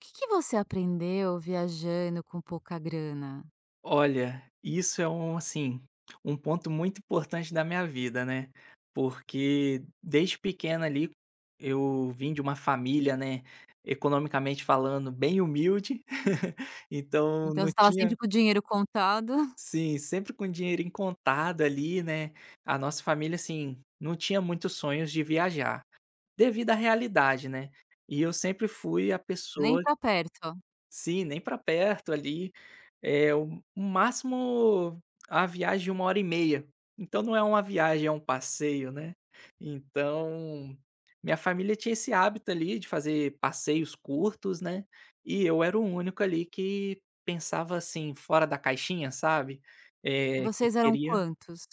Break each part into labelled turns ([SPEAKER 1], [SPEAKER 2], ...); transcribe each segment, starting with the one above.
[SPEAKER 1] Que você aprendeu viajando com pouca grana?
[SPEAKER 2] Olha, isso é assim, um ponto muito importante da minha vida, né? Porque desde pequena ali eu vim de uma família, né, economicamente falando, bem humilde. Então
[SPEAKER 1] Então
[SPEAKER 2] não
[SPEAKER 1] você estava sempre
[SPEAKER 2] tinha.
[SPEAKER 1] com o dinheiro contado,
[SPEAKER 2] Sim, sempre com dinheiro em contado ali, né? A nossa família, assim, não tinha muitos sonhos de viajar, devido à realidade, né? E eu sempre fui a
[SPEAKER 1] nem
[SPEAKER 2] pessoa.
[SPEAKER 1] para perto.
[SPEAKER 2] Sim, nem para perto ali, é o máximo, a viagem de uma hora e meia, então não é uma viagem, é um passeio, né. Então, minha família tinha esse hábito ali de fazer passeios curtos, né, e eu era o único ali que pensava assim, fora da caixinha, sabe.
[SPEAKER 1] E
[SPEAKER 2] Que
[SPEAKER 1] vocês eram
[SPEAKER 2] queria
[SPEAKER 1] quantos?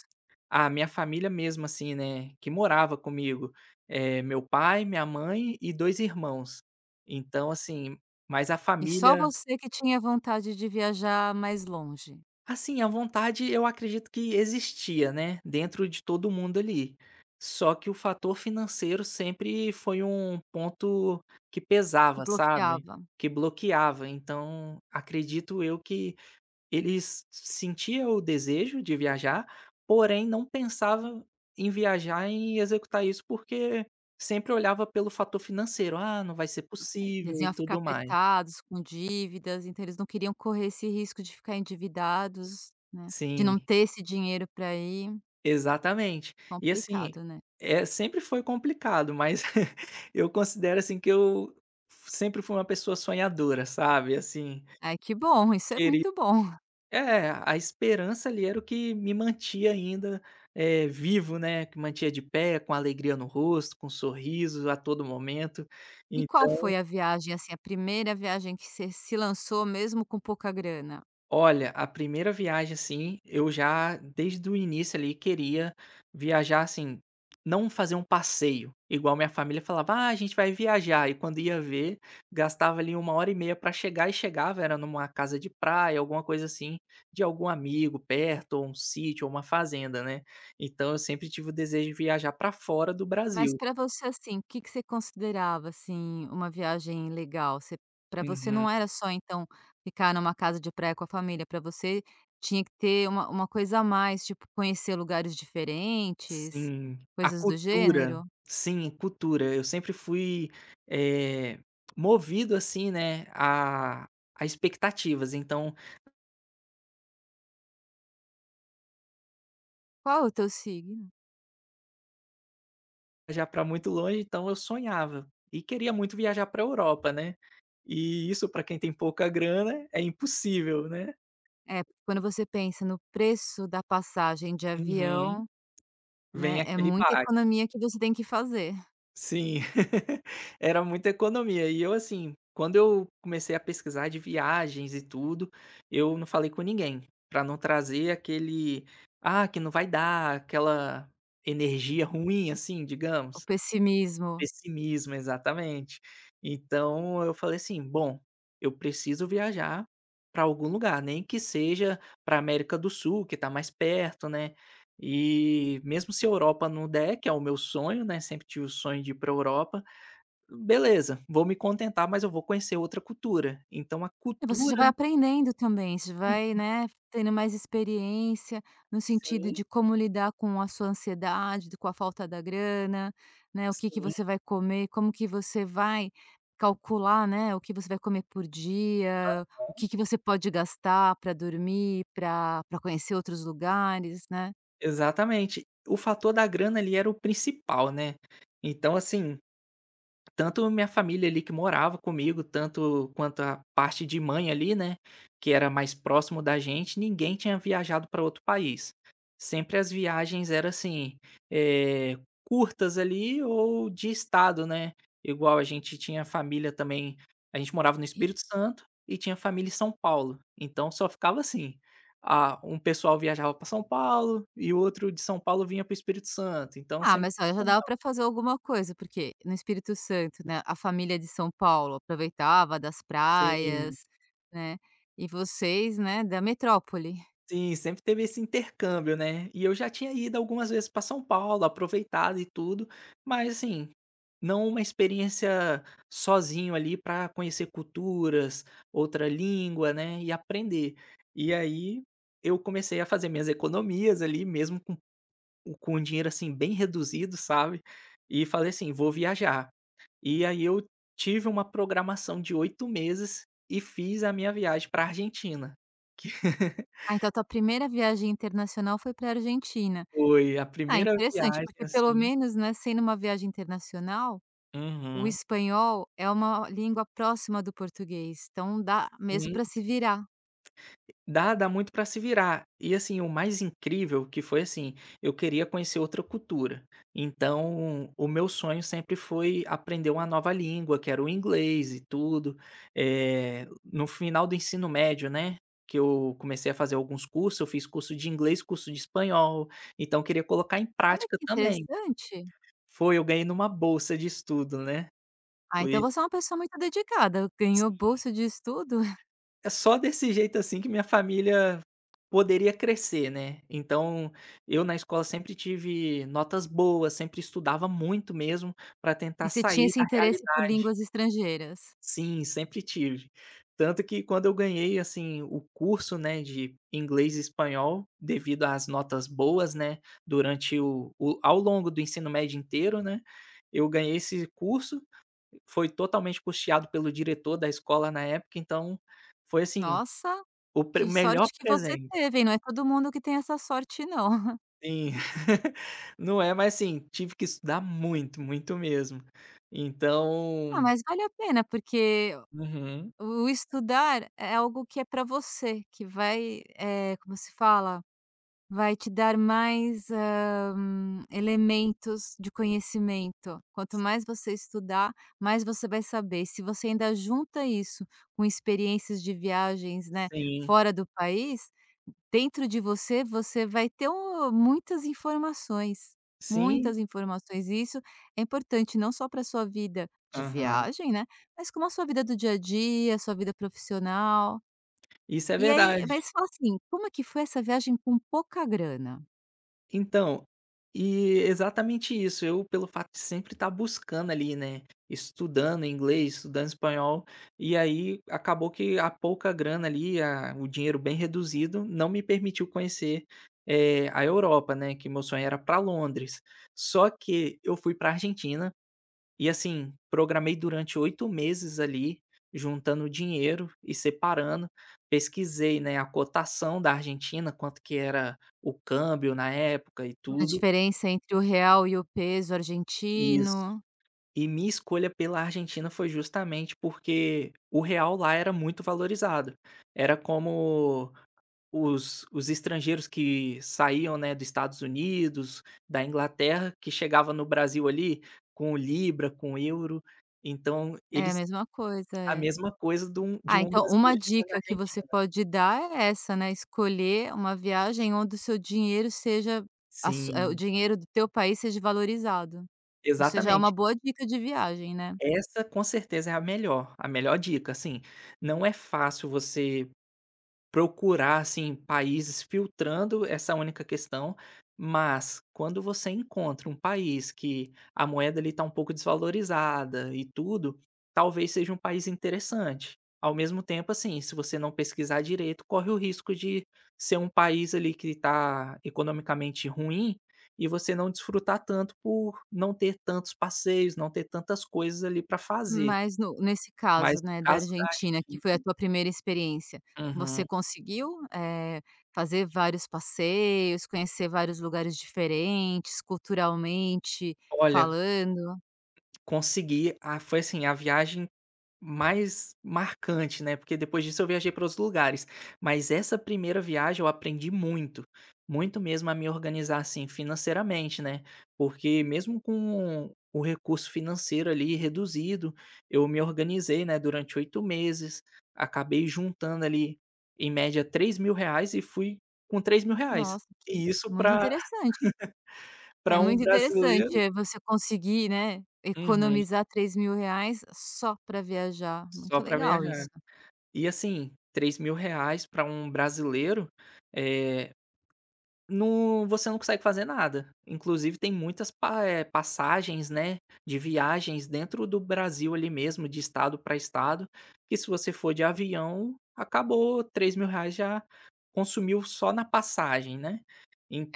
[SPEAKER 2] a minha família mesmo assim, né, que morava comigo, meu pai, minha mãe e 2 irmãos. Então assim, mas a
[SPEAKER 1] E só
[SPEAKER 2] família.
[SPEAKER 1] você que tinha vontade de viajar mais longe,
[SPEAKER 2] Assim, a vontade eu acredito que existia, né, dentro de todo mundo ali. Só que o fator financeiro sempre foi um ponto que
[SPEAKER 1] que
[SPEAKER 2] pesava, sabe,
[SPEAKER 1] bloqueava.
[SPEAKER 2] que bloqueava. Então, acredito eu que eles sentia o desejo de viajar, porém não pensava em viajar, e executar isso, porque sempre olhava pelo fator financeiro: "Ah, não vai ser
[SPEAKER 1] Eles
[SPEAKER 2] possível", e
[SPEAKER 1] iam ficar
[SPEAKER 2] tudo mais.
[SPEAKER 1] apertados, com dívidas, então eles não queriam correr esse risco de ficar endividados, né, de
[SPEAKER 2] Sim.
[SPEAKER 1] não ter esse dinheiro para ir.
[SPEAKER 2] Exatamente. E assim,
[SPEAKER 1] Complicado, né.
[SPEAKER 2] sempre foi complicado, mas eu considero, assim, que eu sempre fui uma pessoa sonhadora, sabe, assim,
[SPEAKER 1] Ai, que bom, isso é
[SPEAKER 2] queria
[SPEAKER 1] muito bom.
[SPEAKER 2] a esperança ali era o que me mantia ainda, vivo, né, que mantia de pé, com alegria no rosto, com sorriso a todo momento,
[SPEAKER 1] E qual
[SPEAKER 2] então.
[SPEAKER 1] foi a viagem, assim, a primeira viagem que você se lançou mesmo com pouca grana?
[SPEAKER 2] Olha, a primeira viagem, assim, eu já desde o início ali queria viajar assim, não fazer um passeio, igual minha família falava: "Ah, a gente vai viajar", e quando ia ver, gastava ali uma hora e meia pra chegar e chegava era numa casa de praia, alguma coisa assim, de algum amigo perto, ou um sítio, ou uma fazenda, né. Então eu sempre tive o desejo de viajar pra fora do
[SPEAKER 1] Mas
[SPEAKER 2] Brasil.
[SPEAKER 1] para você, assim, o que que você considerava, assim, uma viagem legal? Você Pra você
[SPEAKER 2] Uhum.
[SPEAKER 1] não era só, então, ficar numa casa de praia com a família, para você tinha que ter uma coisa a mais, tipo, conhecer lugares diferentes,
[SPEAKER 2] Sim, a
[SPEAKER 1] coisas do
[SPEAKER 2] cultura.
[SPEAKER 1] gênero?
[SPEAKER 2] Sim, cultura. Eu sempre fui, eh, movido, assim, né, a expectativas. Então,
[SPEAKER 1] Qual é o teu signo?
[SPEAKER 2] já para muito longe, então eu sonhava e queria muito viajar pra Europa, né. E isso para quem tem pouca grana é impossível, né.
[SPEAKER 1] É, quando você pensa no preço da passagem de
[SPEAKER 2] Uhum.
[SPEAKER 1] avião, né,
[SPEAKER 2] Vem
[SPEAKER 1] é
[SPEAKER 2] aquele
[SPEAKER 1] muita
[SPEAKER 2] baque.
[SPEAKER 1] economia que você tem que fazer.
[SPEAKER 2] Sim, era muita economia. E eu, assim, quando eu comecei a pesquisar de viagens e tudo, eu não falei com ninguém, pra não trazer aquele, ah, que não vai dar, aquela energia ruim, assim,
[SPEAKER 1] O
[SPEAKER 2] digamos.
[SPEAKER 1] pessimismo.
[SPEAKER 2] Pessimismo, exatamente. Então eu falei assim: "Bom, eu preciso viajar para algum lugar, nem que seja para América do Sul, que está mais perto, né". E mesmo se a Europa não der, que é o meu sonho, né, sempre tive o sonho de ir para Europa, beleza, vou me contentar, mas eu vou conhecer outra cultura. Então a
[SPEAKER 1] E você já
[SPEAKER 2] cultura.
[SPEAKER 1] vai aprendendo também, você vai, né, tendo mais experiência no sentido
[SPEAKER 2] Sim,
[SPEAKER 1] de como lidar com a sua ansiedade, com a falta da grana, né, o que que
[SPEAKER 2] sim,
[SPEAKER 1] você vai comer, como que você vai calcular, né, o que você vai comer por dia, o que que você pode gastar para dormir, para conhecer outros lugares, né.
[SPEAKER 2] exatamente. O fator da grana ali era o principal, né. Então assim. Tanto minha família ali que morava comigo, tanto quanto a parte de mãe ali, né, que era mais próximo da gente, ninguém tinha viajado para outro país. Sempre as viagens eram assim, eh, curtas ali ou de estado, né, igual a gente tinha família também, a gente morava no Espírito Santo e tinha família em São Paulo, então só ficava assim, ah, um pessoal viajava para São Paulo e o outro de São Paulo vinha para o Espírito Santo, então
[SPEAKER 1] Ah,
[SPEAKER 2] sempre
[SPEAKER 1] mas olha, já dava
[SPEAKER 2] funcionava.
[SPEAKER 1] para fazer alguma coisa, porque no Espírito Santo, né, a família de São Paulo aproveitava das
[SPEAKER 2] Sim.
[SPEAKER 1] praias, né, e vocês, né, da metrópole.
[SPEAKER 2] Sim, sempre teve esse intercâmbio, né. E eu já tinha ido algumas vezes para São Paulo, aproveitado e tudo, mas assim, não uma experiência sozinho ali para conhecer culturas, outra língua, né, e aprender. E aí, eu comecei a fazer minhas economias ali, mesmo com um dinheiro, assim, bem reduzido, sabe, e falei assim: "Vou viajar". E aí eu tive uma programação de 8 meses e fiz a minha viagem para Argentina.
[SPEAKER 1] Ah, então a tua primeira viagem internacional foi para a Argentina.
[SPEAKER 2] Foi a
[SPEAKER 1] Ah,
[SPEAKER 2] primeira
[SPEAKER 1] interessante,
[SPEAKER 2] viagem,
[SPEAKER 1] porque pelo
[SPEAKER 2] assim.
[SPEAKER 1] menos, né, sendo uma viagem internacional, o
[SPEAKER 2] Uhum.
[SPEAKER 1] espanhol é uma língua próxima do português, então dá mesmo
[SPEAKER 2] Sim,
[SPEAKER 1] para se virar.
[SPEAKER 2] dá muito pra se virar. E, assim, o mais incrível que foi, assim, eu queria conhecer outra cultura. Então, o meu sonho sempre foi aprender uma nova língua, que era o inglês e tudo. No final do ensino médio, né, que eu comecei a fazer alguns cursos, eu fiz curso de inglês, curso de espanhol, então eu queria colocar em
[SPEAKER 1] Olha
[SPEAKER 2] prática
[SPEAKER 1] que
[SPEAKER 2] também.
[SPEAKER 1] interessante.
[SPEAKER 2] Foi, eu ganhei numa bolsa de estudo, né.
[SPEAKER 1] Ah, então
[SPEAKER 2] Foi.
[SPEAKER 1] você é uma pessoa muito dedicada, ganhou bolsa de estudo.
[SPEAKER 2] É só desse jeito, assim, que minha família poderia crescer, né. Então, eu na escola sempre tive notas boas, sempre estudava muito mesmo para
[SPEAKER 1] E
[SPEAKER 2] tentar
[SPEAKER 1] você tinha
[SPEAKER 2] sair
[SPEAKER 1] esse
[SPEAKER 2] da
[SPEAKER 1] interesse por
[SPEAKER 2] realidade.
[SPEAKER 1] línguas estrangeiras.
[SPEAKER 2] Sim, sempre tive. Tanto que quando eu ganhei, assim, o curso, né, de inglês e espanhol, devido às notas boas, né, durante o ao longo do ensino médio inteiro, né, eu ganhei esse curso, foi totalmente custeado pelo diretor da escola na época, então foi assim
[SPEAKER 1] Nossa,
[SPEAKER 2] o pre
[SPEAKER 1] que
[SPEAKER 2] melhor
[SPEAKER 1] sorte que você
[SPEAKER 2] presente.
[SPEAKER 1] teve, hein, não é todo mundo que tem essa sorte não.
[SPEAKER 2] Sim. Não é, mas sim, tive que estudar muito, muito mesmo.
[SPEAKER 1] Ah,
[SPEAKER 2] Então.
[SPEAKER 1] mas vale a pena, porque
[SPEAKER 2] Uhum.
[SPEAKER 1] o estudar é algo que é para você, que vai, como se fala? Vai te dar mais, elementos de conhecimento. Quanto mais você estudar, mais você vai saber. Se você ainda junta isso com experiências de viagens, né,
[SPEAKER 2] Sim.
[SPEAKER 1] fora do país, dentro de você, você vai ter muitas informações,
[SPEAKER 2] Sim.
[SPEAKER 1] muitas informações, e isso é importante não só para sua vida de
[SPEAKER 2] Aham.
[SPEAKER 1] viagem, né, mas como a sua vida do dia a dia, sua vida profissional.
[SPEAKER 2] Isso é
[SPEAKER 1] E aí
[SPEAKER 2] verdade.
[SPEAKER 1] mas fala assim, como é que foi essa viagem com pouca grana?
[SPEAKER 2] Então, e exatamente isso, eu pelo fato de sempre estar buscando ali, né, estudando inglês, estudando espanhol, e aí acabou que a pouca grana ali, a o dinheiro bem reduzido, não me permitiu conhecer, a Europa, né, que meu sonho era para Londres. Só que eu fui para Argentina e assim, programei durante 8 meses ali, juntando dinheiro e separando. Pesquisei, né, a cotação da Argentina, quanto que era o câmbio na época e
[SPEAKER 1] A
[SPEAKER 2] tudo.
[SPEAKER 1] diferença entre o real e o peso
[SPEAKER 2] Isso.
[SPEAKER 1] argentino.
[SPEAKER 2] E minha escolha pela Argentina foi justamente porque o real lá era muito valorizado. Era como os estrangeiros que saíam, né, dos Estados Unidos, da Inglaterra, que chegava no Brasil ali com libra, com euro. Então
[SPEAKER 1] É a
[SPEAKER 2] eles.
[SPEAKER 1] mesma coisa,
[SPEAKER 2] A
[SPEAKER 1] é.
[SPEAKER 2] mesma coisa de um
[SPEAKER 1] Ah, então uma
[SPEAKER 2] brasileiro chegando na
[SPEAKER 1] dica que você
[SPEAKER 2] Argentina.
[SPEAKER 1] pode dar é essa, né, escolher uma viagem onde o seu dinheiro seja o
[SPEAKER 2] Sim,
[SPEAKER 1] dinheiro do teu país seja valorizado. Isso já é uma
[SPEAKER 2] exatamente.
[SPEAKER 1] boa dica de viagem, né.
[SPEAKER 2] Essa com certeza é a melhor dica, assim, não é fácil você procurar, assim, países filtrando essa única questão, mas quando você encontra um país que a moeda ali está um pouco desvalorizada e tudo, talvez seja um país interessante. Ao mesmo tempo, assim, se você não pesquisar direito, corre o risco de ser um país ali que está economicamente ruim e você não desfrutar tanto por não ter tantos passeios, não ter tantas coisas ali para fazer.
[SPEAKER 1] Mas no nesse
[SPEAKER 2] Mas
[SPEAKER 1] caso,
[SPEAKER 2] no
[SPEAKER 1] né, da
[SPEAKER 2] caso da
[SPEAKER 1] Argentina, que
[SPEAKER 2] Argentina.
[SPEAKER 1] foi a tua primeira experiência, você
[SPEAKER 2] Uhum.
[SPEAKER 1] conseguiu, eh, fazer vários passeios, conhecer vários lugares diferentes, culturalmente
[SPEAKER 2] Olha,
[SPEAKER 1] falando?
[SPEAKER 2] consegui. Ah, foi assim, a viagem mais marcante, né, porque depois disso eu viajei para outros lugares. Mas essa primeira viagem eu aprendi muito, muito mesmo a me organizar, assim, financeiramente, né, porque mesmo com o recurso financeiro ali reduzido, eu me organizei, né, durante 8 meses, acabei juntando ali, em média, R$ 3.000 e fui com R$ 3.000.
[SPEAKER 1] Nossa, que
[SPEAKER 2] E isso
[SPEAKER 1] muito
[SPEAKER 2] para
[SPEAKER 1] interessante. É
[SPEAKER 2] pra um
[SPEAKER 1] muito interessante,
[SPEAKER 2] brasileiro.
[SPEAKER 1] você conseguir, né,
[SPEAKER 2] Uhum.
[SPEAKER 1] economizar R$ 3.000 só para viajar.
[SPEAKER 2] Só
[SPEAKER 1] Muito
[SPEAKER 2] para
[SPEAKER 1] legal
[SPEAKER 2] viajar.
[SPEAKER 1] isso.
[SPEAKER 2] E assim, R$ 3.000 para um brasileiro, eh, não, você não consegue fazer nada. Inclusive tem muitas passagens, né, de viagens dentro do Brasil ali mesmo, de estado para estado, que se você for de avião, acabou, R$ 3.000 já consumiu só na passagem, né.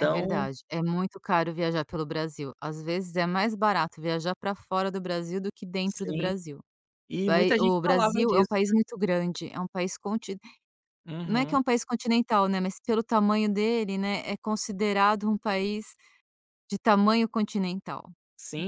[SPEAKER 1] É verdade, é muito caro viajar pelo Brasil. Às vezes é mais barato viajar para fora do Brasil do que dentro do
[SPEAKER 2] Sim,
[SPEAKER 1] Brasil.
[SPEAKER 2] e
[SPEAKER 1] Bai
[SPEAKER 2] muita gente
[SPEAKER 1] O
[SPEAKER 2] falava
[SPEAKER 1] Brasil é um
[SPEAKER 2] disso.
[SPEAKER 1] país muito grande, é um país conti não é que é
[SPEAKER 2] Uhum.
[SPEAKER 1] um país continental, né, mas pelo tamanho dele, né, é considerado um país de tamanho continental.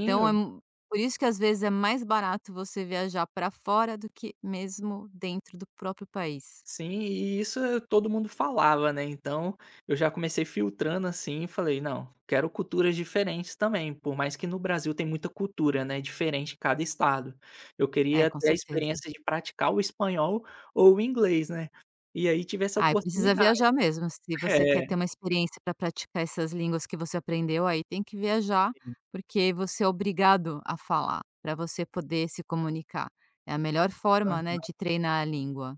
[SPEAKER 1] Então é mu por isso que às vezes é mais barato você viajar para fora do que mesmo dentro do próprio país.
[SPEAKER 2] Sim, e isso, todo mundo falava, né, então eu já comecei filtrando, assim, e falei: "Não, quero culturas diferentes também", por mais que no Brasil tem muita cultura, né, diferente em cada estado. Eu
[SPEAKER 1] É,
[SPEAKER 2] queria
[SPEAKER 1] com
[SPEAKER 2] ter a
[SPEAKER 1] certeza.
[SPEAKER 2] experiência de praticar o espanhol ou o inglês, né, e aí tive essa
[SPEAKER 1] Ah, e precisa
[SPEAKER 2] oportunidade.
[SPEAKER 1] viajar mesmo, se você quer ter uma experiência para praticar essas línguas que você aprendeu, aí tem que viajar, porque você é obrigado a falar, para você poder se comunicar. É a melhor forma,
[SPEAKER 2] É.
[SPEAKER 1] né, de treinar a língua.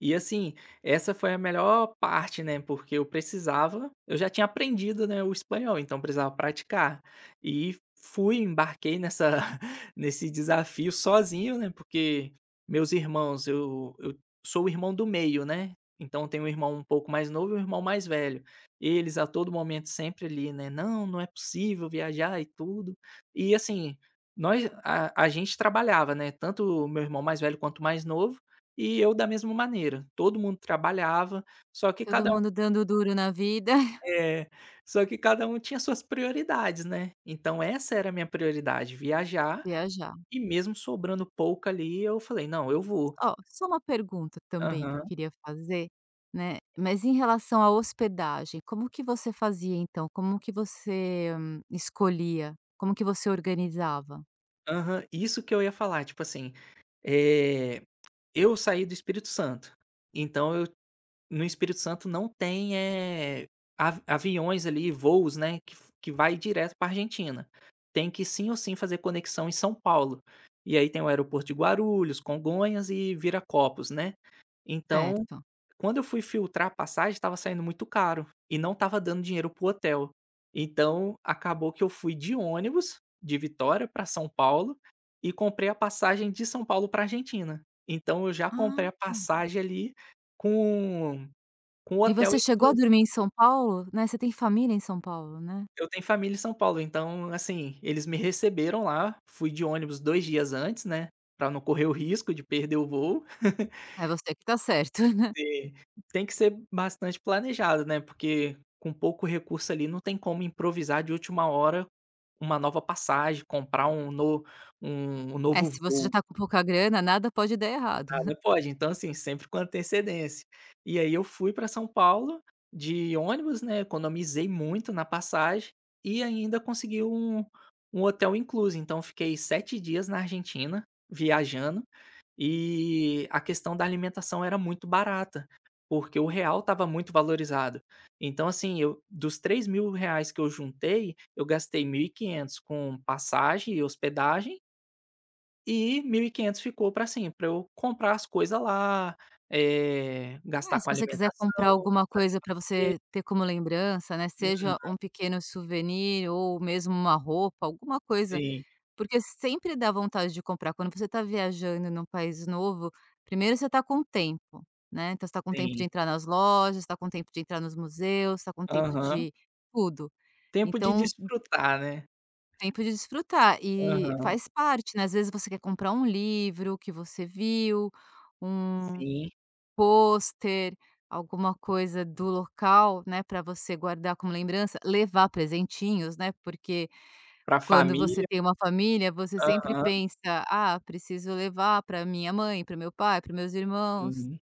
[SPEAKER 2] E assim, essa foi a melhor parte, né, porque eu precisava, eu já tinha aprendido, né, o espanhol, então eu precisava praticar. E fui, embarquei nessa nesse desafio sozinho, né, porque meus irmãos, eu sou o irmão do meio, né, então tem um irmão um pouco mais novo e um irmão mais velho. Eles a todo momento sempre ali, né: "Não, não é possível viajar e tudo". E assim, nós a gente trabalhava, né, tanto o meu irmão mais velho quanto o mais novo, e eu da mesma maneira, todo mundo trabalhava, só que
[SPEAKER 1] Todo
[SPEAKER 2] cada um
[SPEAKER 1] mundo dando duro na vida,
[SPEAKER 2] é, só que cada um tinha suas prioridades, né. Então essa era a minha prioridade, viajar,
[SPEAKER 1] viajar.
[SPEAKER 2] e mesmo sobrando pouco ali, eu falei: "Não, eu vou".
[SPEAKER 1] Ó, só uma pergunta também que eu
[SPEAKER 2] Aham,
[SPEAKER 1] queria fazer, né, mas em relação à hospedagem, como que você fazia então? Como que você, escolhia? Como que você organizava?
[SPEAKER 2] aham. Isso que eu ia falar, tipo assim, eh, eu saí do Espírito Santo, então eu. No Espírito Santo não tem, aviões ali, voos, né, que vai direto para Argentina. Tem que sim ou sim fazer conexão em São Paulo. E aí tem o aeroporto de Guarulhos, Congonhas e Viracopos, né. Então,
[SPEAKER 1] Certo.
[SPEAKER 2] quando eu fui filtrar a passagem, estava saindo muito caro e não estava dando dinheiro pro hotel. Então, acabou que eu fui de ônibus de Vitória para São Paulo e comprei a passagem de São Paulo para Argentina. Então eu já
[SPEAKER 1] Ah,
[SPEAKER 2] comprei a passagem ali com o
[SPEAKER 1] e
[SPEAKER 2] hotel
[SPEAKER 1] você chegou a
[SPEAKER 2] incluso.
[SPEAKER 1] dormir em São Paulo, né, você tem família em São Paulo, né?
[SPEAKER 2] Eu tenho família em São Paulo, então, assim, eles me receberam lá, fui de ônibus 2 dias antes, né, pra não correr o risco de perder o voo.
[SPEAKER 1] É você que tá certo.
[SPEAKER 2] Sim. Tem que ser bastante planejado, né, porque com pouco recurso ali não tem como improvisar de última hora uma nova passagem, comprar um no um um
[SPEAKER 1] É,
[SPEAKER 2] novo
[SPEAKER 1] se você já
[SPEAKER 2] voo.
[SPEAKER 1] tá com pouca grana, nada pode dar errado.
[SPEAKER 2] Ah, não pode. Então, assim, sempre com antecedência. E aí eu fui para São Paulo de ônibus, né, economizei muito na passagem e ainda consegui um hotel incluso. Então fiquei 7 dias na Argentina viajando e a questão da alimentação era muito barata, porque o real estava muito valorizado. Então, assim, eu dos R$ 3.000 que eu juntei, eu gastei 1.500 com passagem e hospedagem e 1.500 ficou para assim, para eu comprar as coisas lá,
[SPEAKER 1] É,
[SPEAKER 2] gastar
[SPEAKER 1] se
[SPEAKER 2] com
[SPEAKER 1] você quiser comprar
[SPEAKER 2] alimentação,
[SPEAKER 1] alguma
[SPEAKER 2] fazer
[SPEAKER 1] coisa para
[SPEAKER 2] passeio.
[SPEAKER 1] você ter como lembrança, né,
[SPEAKER 2] Hum,
[SPEAKER 1] seja um pequeno souvenir ou mesmo uma roupa, alguma coisa.
[SPEAKER 2] sim,
[SPEAKER 1] Porque sempre dá vontade de comprar. Quando você está viajando num país novo, primeiro você está com tempo, né, então você tá com tempo de
[SPEAKER 2] sim.
[SPEAKER 1] entrar nas lojas, está com tempo de entrar nos museus, está com tempo
[SPEAKER 2] Aham.
[SPEAKER 1] de tudo.
[SPEAKER 2] Tempo de
[SPEAKER 1] Então,
[SPEAKER 2] desfrutar, né.
[SPEAKER 1] tempo de desfrutar e
[SPEAKER 2] Aham.
[SPEAKER 1] faz parte, né, às vezes você quer comprar um livro que você viu, um
[SPEAKER 2] Sim.
[SPEAKER 1] pôster, alguma coisa do local, né, para você guardar como lembrança, levar presentinhos, né, porque
[SPEAKER 2] Para
[SPEAKER 1] quando você
[SPEAKER 2] família.
[SPEAKER 1] tem uma família, você sempre
[SPEAKER 2] Aham.
[SPEAKER 1] pensa: "Ah, preciso levar para minha mãe, para meu pai, para meus irmãos".
[SPEAKER 2] Uhum.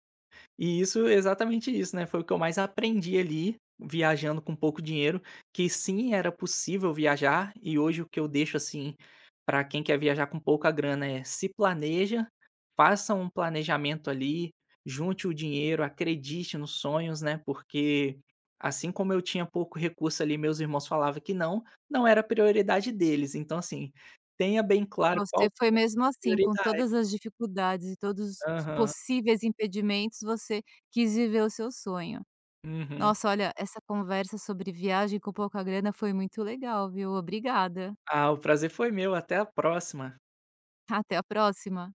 [SPEAKER 2] E isso, exatamente isso, né, foi o que eu mais aprendi ali, viajando com pouco dinheiro, que sim, era possível viajar, e hoje o que eu deixo, assim, para quem quer viajar com pouca grana é: se planeja, faça um planejamento ali, junte o dinheiro, acredite nos sonhos, né, porque assim como eu tinha pouco recurso ali, meus irmãos falava que não, não era prioridade deles, então assim, tenha bem claro qual
[SPEAKER 1] Você foi
[SPEAKER 2] a
[SPEAKER 1] mesmo assim, com
[SPEAKER 2] prioridade.
[SPEAKER 1] todas as dificuldades e todos os
[SPEAKER 2] Aham.
[SPEAKER 1] possíveis impedimentos, você quis viver o seu sonho.
[SPEAKER 2] Uhum.
[SPEAKER 1] Nossa, olha, essa conversa sobre viagem com pouca grana foi muito legal, viu. Obrigada.
[SPEAKER 2] Ah, o prazer foi meu, até a próxima.
[SPEAKER 1] Até a próxima.